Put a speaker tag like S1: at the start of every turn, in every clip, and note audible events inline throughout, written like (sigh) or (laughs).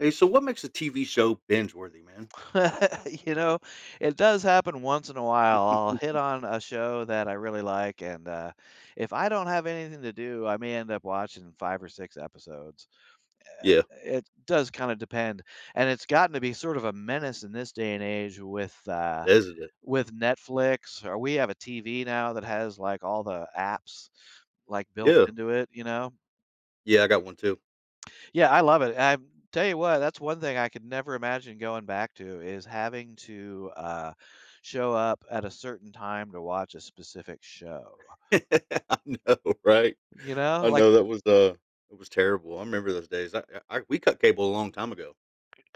S1: Hey, so what makes a TV show binge worthy, man?
S2: (laughs) You know, it does happen once in a while. I'll hit
S1: (laughs)
S2: on a show that I really like, and if I don't have anything to do, I may end up watching 5 or 6 episodes. Uh,
S1: Yeah,
S2: it does kinda depend, and it's gotten to be sort of a menace in this day and age with, uh
S1: that is it.
S2: with Netflix, or we have a TV now that has, like, all the apps, like, built
S1: Yeah,
S2: into it, you know?
S1: yeah, I got one too.
S2: Yeah, I love it. I tell you what, that's one thing I could never imagine going back to is having to show up at a certain time to watch a specific show.
S1: (laughs) I know, right?
S2: You know,
S1: I
S2: like
S1: know that was it was terrible. I remember those days. I we cut cable a long time ago.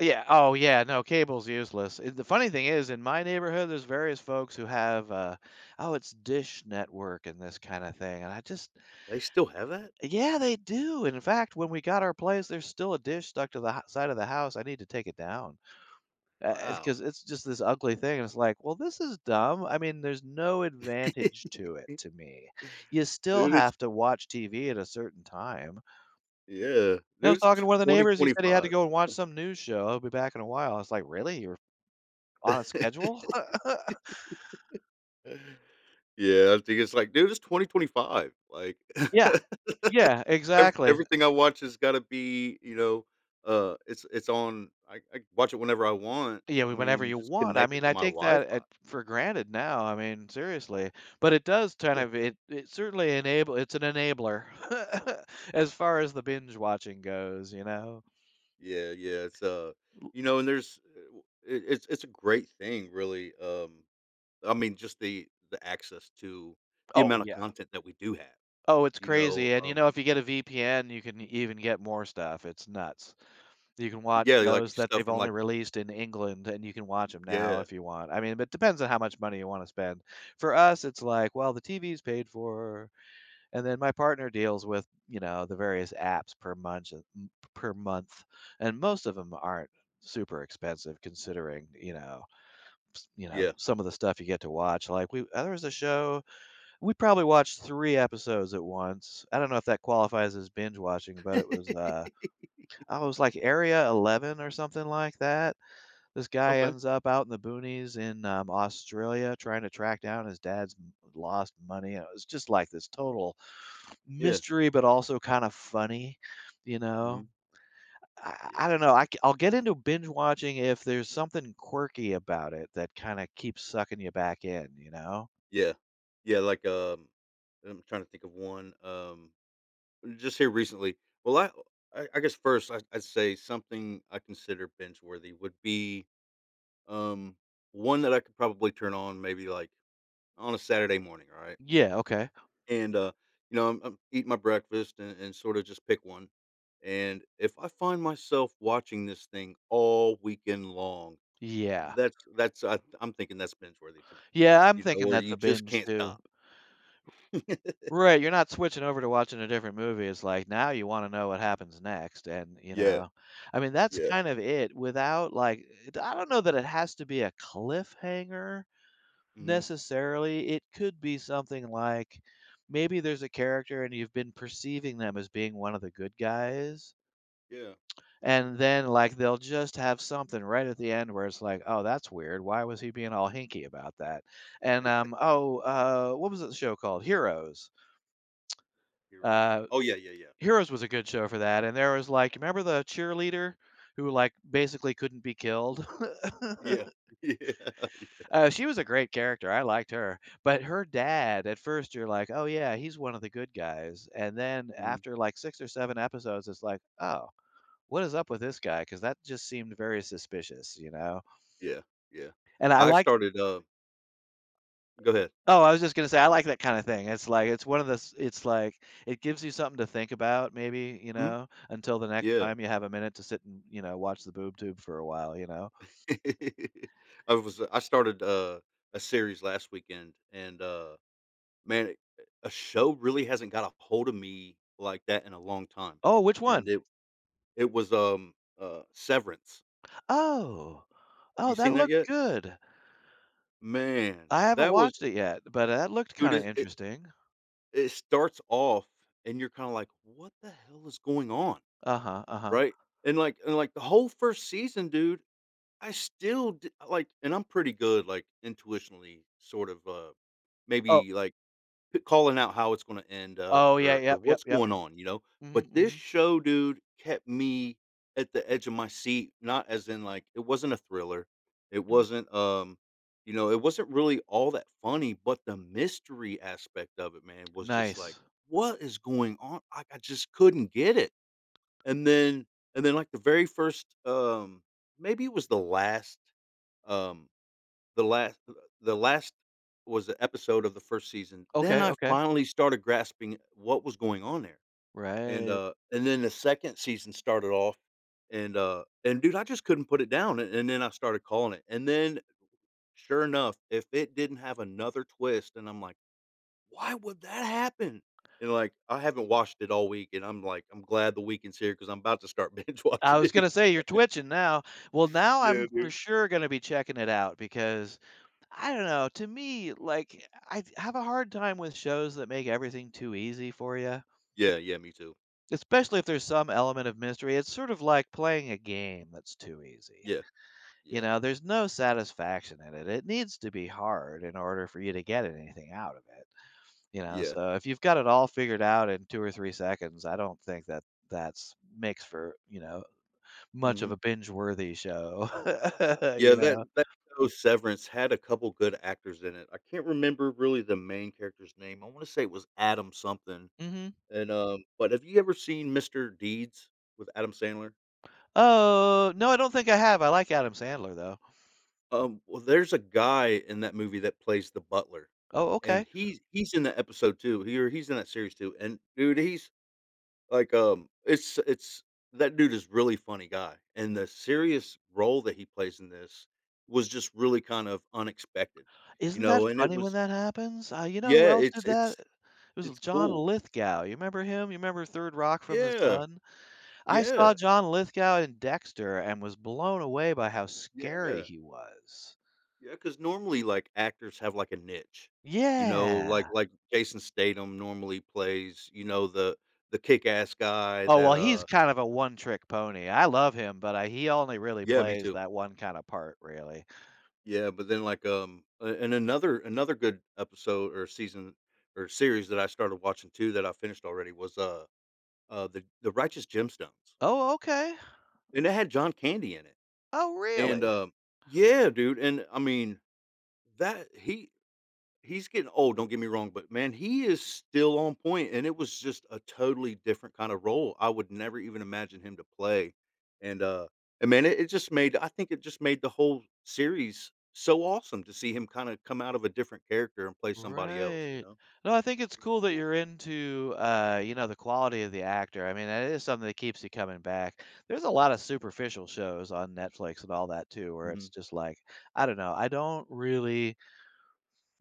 S2: yeah, oh yeah, no, cable's useless. The funny thing is, in my neighborhood, there's various folks who have, oh, it's Dish Network and this kind of thing, and I just,
S1: They still have that?
S2: yeah, they do. And in fact, when we got our place, there's still a dish stuck to the side of the house. I need to take it down.
S1: Wow,
S2: Because it's just this ugly thing, and it's like, "Well, this is dumb." I mean, there's no
S1: (laughs)
S2: advantage to it to me. You still
S1: dude, it's
S2: have to watch TV at a certain time.
S1: yeah,
S2: And I was
S1: dude, it's
S2: talking to one of the
S1: twenty
S2: neighbors, he
S1: twenty
S2: said he had to
S1: five.
S2: go and watch some news show, he'll be back in a while. I was like, "Really? You're on a schedule?" (laughs)
S1: (laughs) Yeah, I think it's like, dude, it's 2025. Like (laughs)
S2: Yeah. Yeah,
S1: ev
S2: exactly.
S1: everything I watch has gotta be, it's on I can watch it whenever I want.
S2: Yeah,
S1: I
S2: whenever
S1: mean,
S2: you
S1: just
S2: want. I
S1: connect it
S2: mean,
S1: to
S2: I
S1: my
S2: take
S1: Wi-Fi.
S2: that at for granted now, I mean, seriously. But it does kind of it certainly enable it's an enabler (laughs) as far as the binge watching goes, you know?
S1: Yeah, yeah, and there's w it's a great thing really, I mean, just the access to the
S2: Oh,
S1: amount of
S2: yeah.
S1: content that we do have,
S2: Oh, it's
S1: you know,
S2: crazy, and, you
S1: um
S2: know, if you get a VPN, you can even get more stuff, it's nuts. You can watch
S1: Yeah,
S2: shows
S1: like
S2: that
S1: stuff
S2: they've
S1: from
S2: only
S1: like
S2: released in England, and you can watch them now
S1: yeah,
S2: if you want. I mean, but it depends on how much money you wanna spend. For us, it's like, "Well, the TV's paid for," and then my partner deals with, you know, the various apps per month, and most of them 'em aren't super expensive considering, you know, s you know,
S1: yeah.
S2: some of the stuff you get to watch, like, we there was a show we probably watched 3 episodes at once. I don't know if that qualifies as binge watching, but it
S1: (laughs)
S2: oh, was like Area 11 or something like that. This guy
S1: Okay,
S2: ends up out in the boonies in, Australia trying to track down his dad's m lost money, and it was just like this total
S1: yeah,
S2: mystery, but also kinda funny, you know?
S1: mhm,
S2: I
S1: yeah.
S2: I don't know, I'll get into binge watching if there's something quirky about it that kinda keeps sucking you back in, you know?
S1: Yeah. Yeah, like, I'm trying to think of one, just here recently. Well, I guess first I'd say something I consider binge worthy would be, um, one that I could probably turn on maybe, like, on a Saturday morning, all right?
S2: Yeah, okay.
S1: And, you know, I'm eating my breakfast and sorta just pick one, and if I find myself watching this thing all weekend long,
S2: Yeah.
S1: that's I I'm thinking that's binge worthy to me,
S2: Yeah, I'm
S1: you know,
S2: thinking
S1: where
S2: that's a
S1: you just
S2: binge
S1: can't
S2: too.
S1: stop. (laughs)
S2: Right, you're not switching over to watching a different movie, it's like, now you wanna know what happens next, and, you
S1: Yeah.
S2: know, I mean, that's
S1: Yeah.
S2: kind of it without, like it I don't know that it has to be a cliffhanger
S1: Mhm.
S2: necessarily, it could be something like, maybe there's a character and you've been perceiving them as being one of the good guys.
S1: Yeah.
S2: And then, like, they'll just have something right at the end where it's like, "Oh, that's weird. Why was he being all hinky about that?"
S1: (laughs)
S2: What was that show called? Heroes.
S1: Heroes.
S2: Uh,
S1: Oh, yeah, yeah, yeah.
S2: Heroes was a good show for that, and there was, like remember the cheerleader who, like, basically couldn't be killed? (laughs)
S1: Yeah. (laughs) Yeah.
S2: She was a great character, I liked her, but her dad at first you're like, "Oh, yeah, he's one of the good guys," and then
S1: Mhm.
S2: after, like, 6 or 7 episodes, it's like, "Oh, what is up with this guy?" Because that just seemed very suspicious, you know?
S1: Yeah, yeah.
S2: And I
S1: I
S2: like
S1: started, go ahead.
S2: oh, I was just gonna say, I like that kinda thing. It's like it's one of those it's like, it gives you something to think about maybe, you
S1: Mhm.
S2: know, until the next
S1: Yeah.
S2: time you have a minute to sit and, you know, watch the boob tube for a while, you know?
S1: (laughs) I was I started, a series last weekend and, man, a show really hasn't got a hold of me like that in a long time,
S2: "Oh, which
S1: and
S2: one?
S1: it was Severance.
S2: Oh,
S1: Have
S2: oh,
S1: you
S2: that
S1: seen that
S2: looked
S1: yet?
S2: good.
S1: Man,
S2: I haven't
S1: that was
S2: watched it yet, but that looked
S1: dude,
S2: kinda
S1: it
S2: interesting."
S1: it starts off and you're kinda like, "What the hell is going on?"
S2: Uh-huh, uh-huh.
S1: Right? And, like, the whole first season, dude, I still d like and I'm pretty good, like, intuitionally sort of,
S2: Oh
S1: maybe, like, c calling out how it's gonna end up
S2: oh, yeah,
S1: or
S2: yep, yep,
S1: what's
S2: yep.
S1: going on, you know?
S2: Mhm,
S1: But this
S2: mhm,
S1: show, dude, kept me at the edge of my seat, not as in, like it wasn't a thriller. It
S2: mhm.
S1: wasn't, you know, it wasn't really all that funny, but the mystery aspect of it, man, was just like,
S2: Nice.
S1: "What is going on?" I just couldn't get it. And then and then, like, the very first, maybe it was um the last uh, the last was the episode of the 1st season. Then
S2: Okay,
S1: I
S2: okay.
S1: finally started grasping what was going on there. And,
S2: Right.
S1: then the 2nd season started off, and, dude, I just couldn't put it down, and then I started calling it. And then, sure enough, if it didn't have another twist, and I'm like, "Why would that happen?" And, like, I haven't watched it all week, and I'm like, "I'm glad the weekend's here because 'cause I'm about to start (laughs) binge
S2: I
S1: watching
S2: was
S1: it
S2: gonna say, you're twitching now. Well, now
S1: yeah,
S2: I'm for
S1: dude.
S2: sure gonna be checking it out because I don't know. To me, like, I have a hard time with shows that make everything too easy for you,
S1: Yeah, yeah, me too.
S2: especially if there's some element of mystery. It's sort of like playing a game that's too easy.
S1: Yeah,
S2: You
S1: yeah,
S2: know, there's no satisfaction in it. It needs to be hard in order for you to get anything out of it. You know,
S1: yeah.
S2: so if you've got it all figured out in 2 or 3 seconds, I don't think that that's makes for you know much of a
S1: Mhm.
S2: binge-worthy show. (laughs)
S1: Yeah,
S2: You
S1: that
S2: know.
S1: that show Severance had a couple good actors in it. I can't remember really the main character's name. I wanna say it was Adam something,
S2: Hmm.
S1: but have you ever seen Mr. Deeds with Adam Sandler?
S2: Oh no, I don't think I have. I like Adam Sandler though.
S1: Well, there's a guy in that movie that plays the butler,
S2: Oh,
S1: and
S2: okay.
S1: he's in that episode too. He or he's in that series too, and dude, he's like, it's that dude is really funny guy, and the serious role that he plays in this was just really kind of unexpected, you
S2: Isn't that
S1: know, and it
S2: funny when
S1: was
S2: that happens? You know who
S1: yeah,
S2: else
S1: it's
S2: did
S1: it's
S2: that? It was
S1: it's
S2: John
S1: cool.
S2: Lithgow. You remember him? You remember Third Rock from the
S1: Yeah,
S2: Sun? I saw
S1: yeah,
S2: John Lithgow in Dexter and was blown away by how scary
S1: yeah,
S2: he was.
S1: yeah. Because normally, like, actors have, like, a niche, you know,
S2: Yeah.
S1: like Jason Statham normally plays, you know, the kick-ass guy
S2: Oh, well,
S1: that,
S2: he's
S1: uh
S2: kind of a one-trick pony. I love him, but he only really
S1: Yeah, me
S2: plays
S1: too.
S2: that one kind of part, really.
S1: Yeah, but then like, a and another good episode or season or series that I started watching too that I finished already was, The Righteous Gemstones,
S2: Oh, okay.
S1: and it had John Candy in it,
S2: Oh,
S1: and,
S2: really?
S1: um yeah, dude, and I mean, that he he's getting old, don't get me wrong, but man, he is still on point, and it was just a totally different kind of role. I would never even imagine him to play, and, uh, and man, it just made I think it just made the whole series so awesome to see him kinda come out of a different character and play somebody else, you
S2: Right.
S1: know?
S2: No, I think it's
S1: It was
S2: cool that
S1: cool.
S2: you're into, you know, the quality of the actor. I mean, that is something that keeps you coming back. There's a lot of superficial shows on Netflix and all that too, where it's
S1: Mhm,
S2: just like, I don't know, I don't really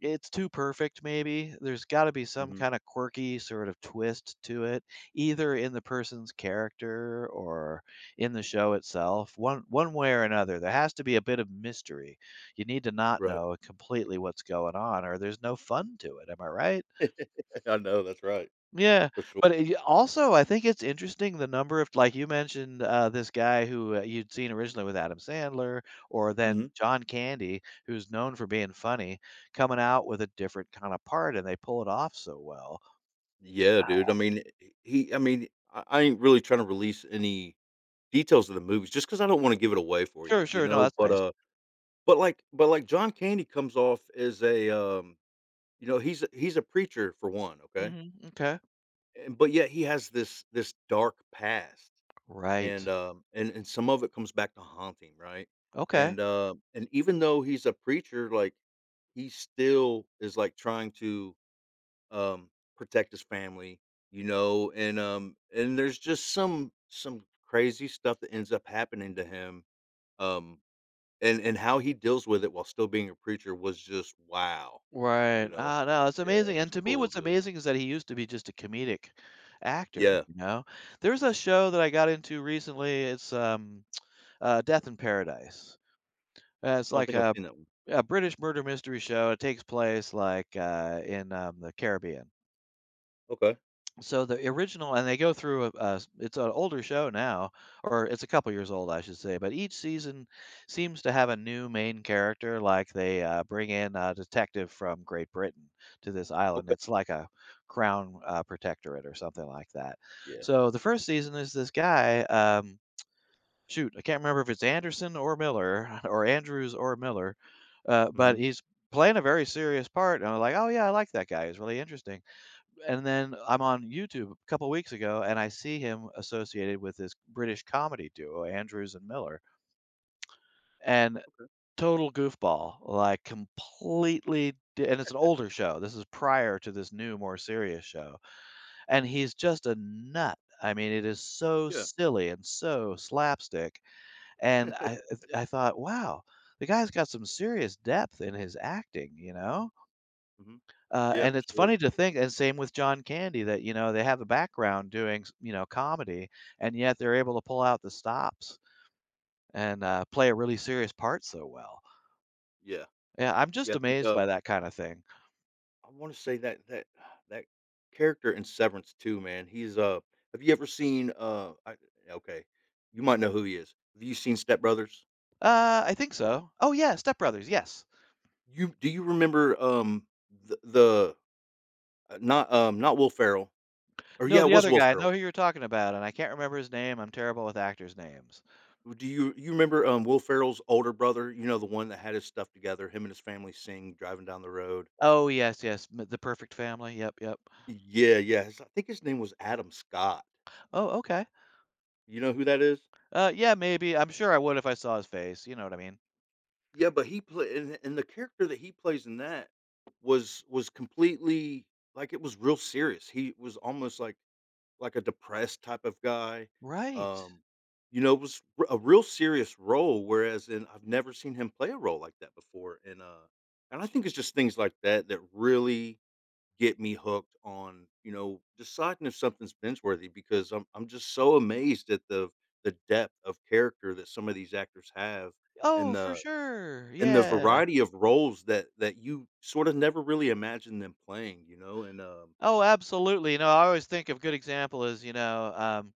S2: it's too perfect maybe. There's gotta be some
S1: mhm,
S2: kinda quirky sort of twist to it, either in the person's character or in the show itself. One way or another, there has to be a bit of mystery. You need to not
S1: right.
S2: know completely what's going on, or there's no fun to it, am I right?
S1: (laughs) I know, that's right,
S2: Yeah,
S1: for sure.
S2: but it also, I think it's interesting the number of like you mentioned, this guy who you'd seen originally with Adam Sandler or then
S1: Mhm.
S2: John Candy, who's known for being funny, coming out with a different kind of part, and they pull it off so well.
S1: Yeah, dude, I mean, he I mean, I ain't really trying to release any details of the movies just because I don't wanna give it away for
S2: Sure,
S1: you, you
S2: sure, no,
S1: know,
S2: that's
S1: but,
S2: nice.
S1: uh But like John Candy comes off as a, you know, he's a preacher for one, okay?
S2: Mhm, m'kay.
S1: And but yet he has this dark past,
S2: Right.
S1: and some of it comes back to haunt him, right?
S2: Okay.
S1: And even though he's a preacher, like, he still is, like, trying to, um, protect his family, you know, and there's just some crazy stuff that ends up happening to him, um and how he deals with it while still being a preacher was just wow, you
S2: Right.
S1: know?
S2: Ah, no, it's
S1: Yeah,
S2: amazing,
S1: it
S2: and
S1: was
S2: to me,
S1: cool,
S2: what's
S1: dude.
S2: amazing is that he used to be just a comedic actor,
S1: Yeah, I
S2: you know? There's a show that I got into recently, it's Death in Paradise. It's
S1: don't
S2: like
S1: think I've seen that one.
S2: a British murder mystery show. It takes place in the Caribbean.
S1: Okay,
S2: So the original, and they go through a. It's an older show now, or it's a couple years old, I should say. But each season seems to have a new main character. Like they bring in a detective from Great Britain to this island.
S1: okay,
S2: It's like a crown protectorate or something like that.
S1: yeah,
S2: So the first season is this guy. Shoot, I can't remember if it's Anderson or Miller (laughs) or Andrews or Miller, but
S1: mhm,
S2: he's playing a very serious part. And I'm like, oh yeah, I like that guy. He's really interesting. And then I'm on YouTube a couple weeks ago, and I see him associated with this British comedy duo, Andrews and Miller, and
S1: okay,
S2: total goofball, like completely. And it's an older show. This is prior to this new, more serious show. And he's just a nut. I mean, it is so
S1: yeah.
S2: silly and so slapstick and I
S1: (laughs)
S2: I thought, "Wow, the guy's got some serious depth in his acting," you know?
S1: Mhm, yeah,
S2: And
S1: for
S2: it's
S1: sure,
S2: funny to think and same with John Candy that, you know, they have a background doing s you know, comedy, and yet they're able to pull out the stops and play a really serious part so well.
S1: yeah.
S2: Yeah, I'm
S1: Yeah,
S2: just
S1: I think,
S2: amazed by that kinda thing.
S1: I wanna say that that (sighs) that character in Severance too, man, he's have you ever seen, I okay, you might know who he is. Have you seen Step Brothers?
S2: I think so. Oh, yeah, Step Brothers, yes.
S1: You do you remember, the, not, not Will Ferrell, or
S2: No,
S1: yeah, it
S2: the
S1: was
S2: other
S1: Will
S2: guy, I
S1: Ferrell.
S2: know who you're talking about, and I can't remember his name, I'm terrible with actors' names.
S1: Do you you remember, Will Ferrell's older brother? You know, the one that had his stuff together, him and his family sing driving down the road?
S2: Oh, yes, yes, m The Perfect Family, yep, yep.
S1: Yeah, yeah, his I think his name was Adam Scott.
S2: Oh, okay.
S1: You know who that is?
S2: Yeah, maybe. I'm sure I would if I saw his face, you know what I mean?
S1: Yeah, but he played, and the character that he plays in that was completely like, it was real serious. He was almost like a depressed type of guy.
S2: Right.
S1: Um, you know, it was r a real serious role, whereas in I've never seen him play a role like that before, and, I think it's just things like that that really get me hooked on, you know, deciding if something's binge-worthy because I'm just so amazed at the depth of character that some of these actors have
S2: Oh,
S1: and
S2: for
S1: the
S2: sure.
S1: and the
S2: Yeah.
S1: variety of roles that that you sort of never really imagine them playing, you know, and,
S2: Oh, absolutely. You know, I always think of good example is, you know, um,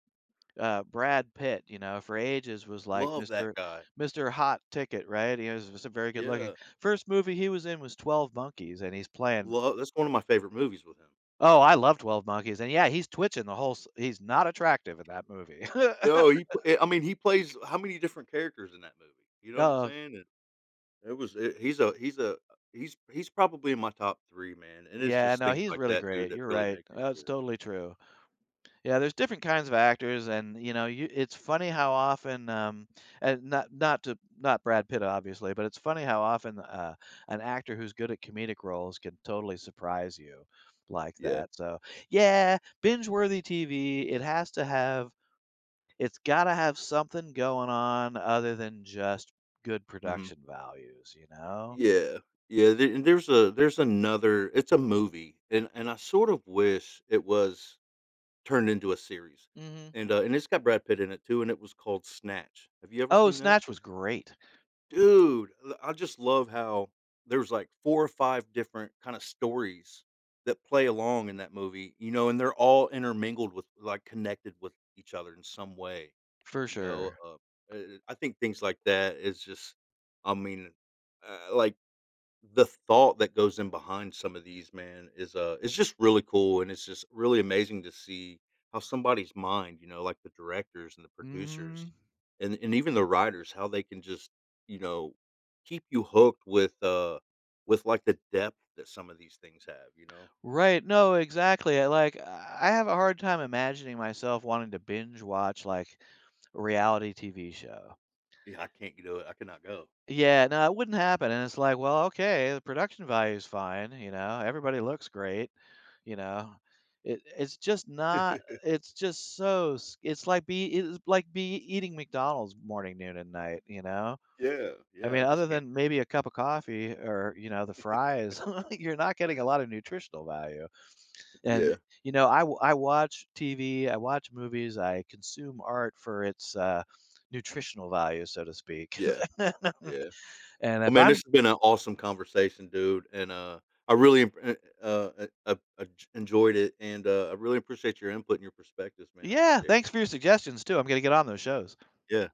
S2: uh, Brad Pitt, you know, for ages was like
S1: love that
S2: Mr.
S1: guy.
S2: Mr. Hot Ticket, right? Was very good looking.
S1: Yeah,
S2: First movie he was in was 12 Monkeys, and he's playing.
S1: love that's one of my favorite movies with him.
S2: Oh, I love 12 Monkeys. And yeah, he's twitching the whole. He's not attractive in that movie.
S1: No, I mean, he plays how many different characters in that movie, you know
S2: (laughs)
S1: what I'm
S2: Oh,
S1: saying? It was it he's probably in my top 3, man, and it's
S2: yeah,
S1: just
S2: no,
S1: things
S2: he's
S1: like
S2: really
S1: that, dude,
S2: great.
S1: that
S2: You're
S1: really
S2: right.
S1: make it yeah.
S2: That's totally true. Yeah, there's different kinds of actors, and you know, you, it's funny how often, and not Brad Pitt obviously, but it's funny how often an actor who's good at comedic roles can totally surprise you like
S1: Yeah.
S2: that. So yeah, binge-worthy TV. It's got to have something going on other than just good
S1: Mhm.
S2: production values, you know.
S1: Yeah. Yeah, there and there's another it's a movie, and I sort of wish it was turned into a series,
S2: Hmm.
S1: and it's got Brad Pitt in it too, and it was called Snatch. Have you ever
S2: Oh,
S1: seen that?
S2: Snatch was great
S1: Dude, l I just love how there's, like, 4 or 5 different kinda stories that play along in that movie, you know, and they're all intermingled with like, connected with each other in some way,
S2: for
S1: you know,
S2: sure.
S1: I think things like that is just I mean, like the thought that goes in behind some of these, man, is, it's just really cool, and it's just really amazing to see how somebody's mind, you know, like the directors and the
S2: Mm-hmm.
S1: producers and even the writers, how they can just, you know, keep you hooked with, with, like, the depth that some of these things have, you know?
S2: Right, no, exactly, I like, I have a hard time imagining myself wanting to binge watch, like, a reality TV show.
S1: Yeah, I can't do it. I cannot go.
S2: Yeah, no, it wouldn't happen, and it's like, well, okay, the production value is fine, you know, everybody looks great, you know, it's just not
S1: (laughs)
S2: it's just so s it's like be it is like be eating McDonald's morning, noon, and night, you know?
S1: Yeah,
S2: I
S1: yeah,
S2: mean,
S1: I
S2: other
S1: just can't
S2: than maybe a cup of coffee or, you know, the fries, (laughs) you're not getting a lot of nutritional value. And,
S1: yeah,
S2: you know, I watch TV, I watch movies, I consume art for its, nutritional value, so to speak.
S1: yeah,
S2: (laughs)
S1: yeah.
S2: And
S1: Well,
S2: if
S1: man,
S2: I'm
S1: this has been an awesome conversation, dude, and, I really uh, eh, uh, uh, enjoyed it, and, I really appreciate your input and your perspectives, man. I
S2: Yeah,
S1: appreciate it.
S2: thanks for your suggestions too. I'm gonna get on those shows.
S1: Yeah.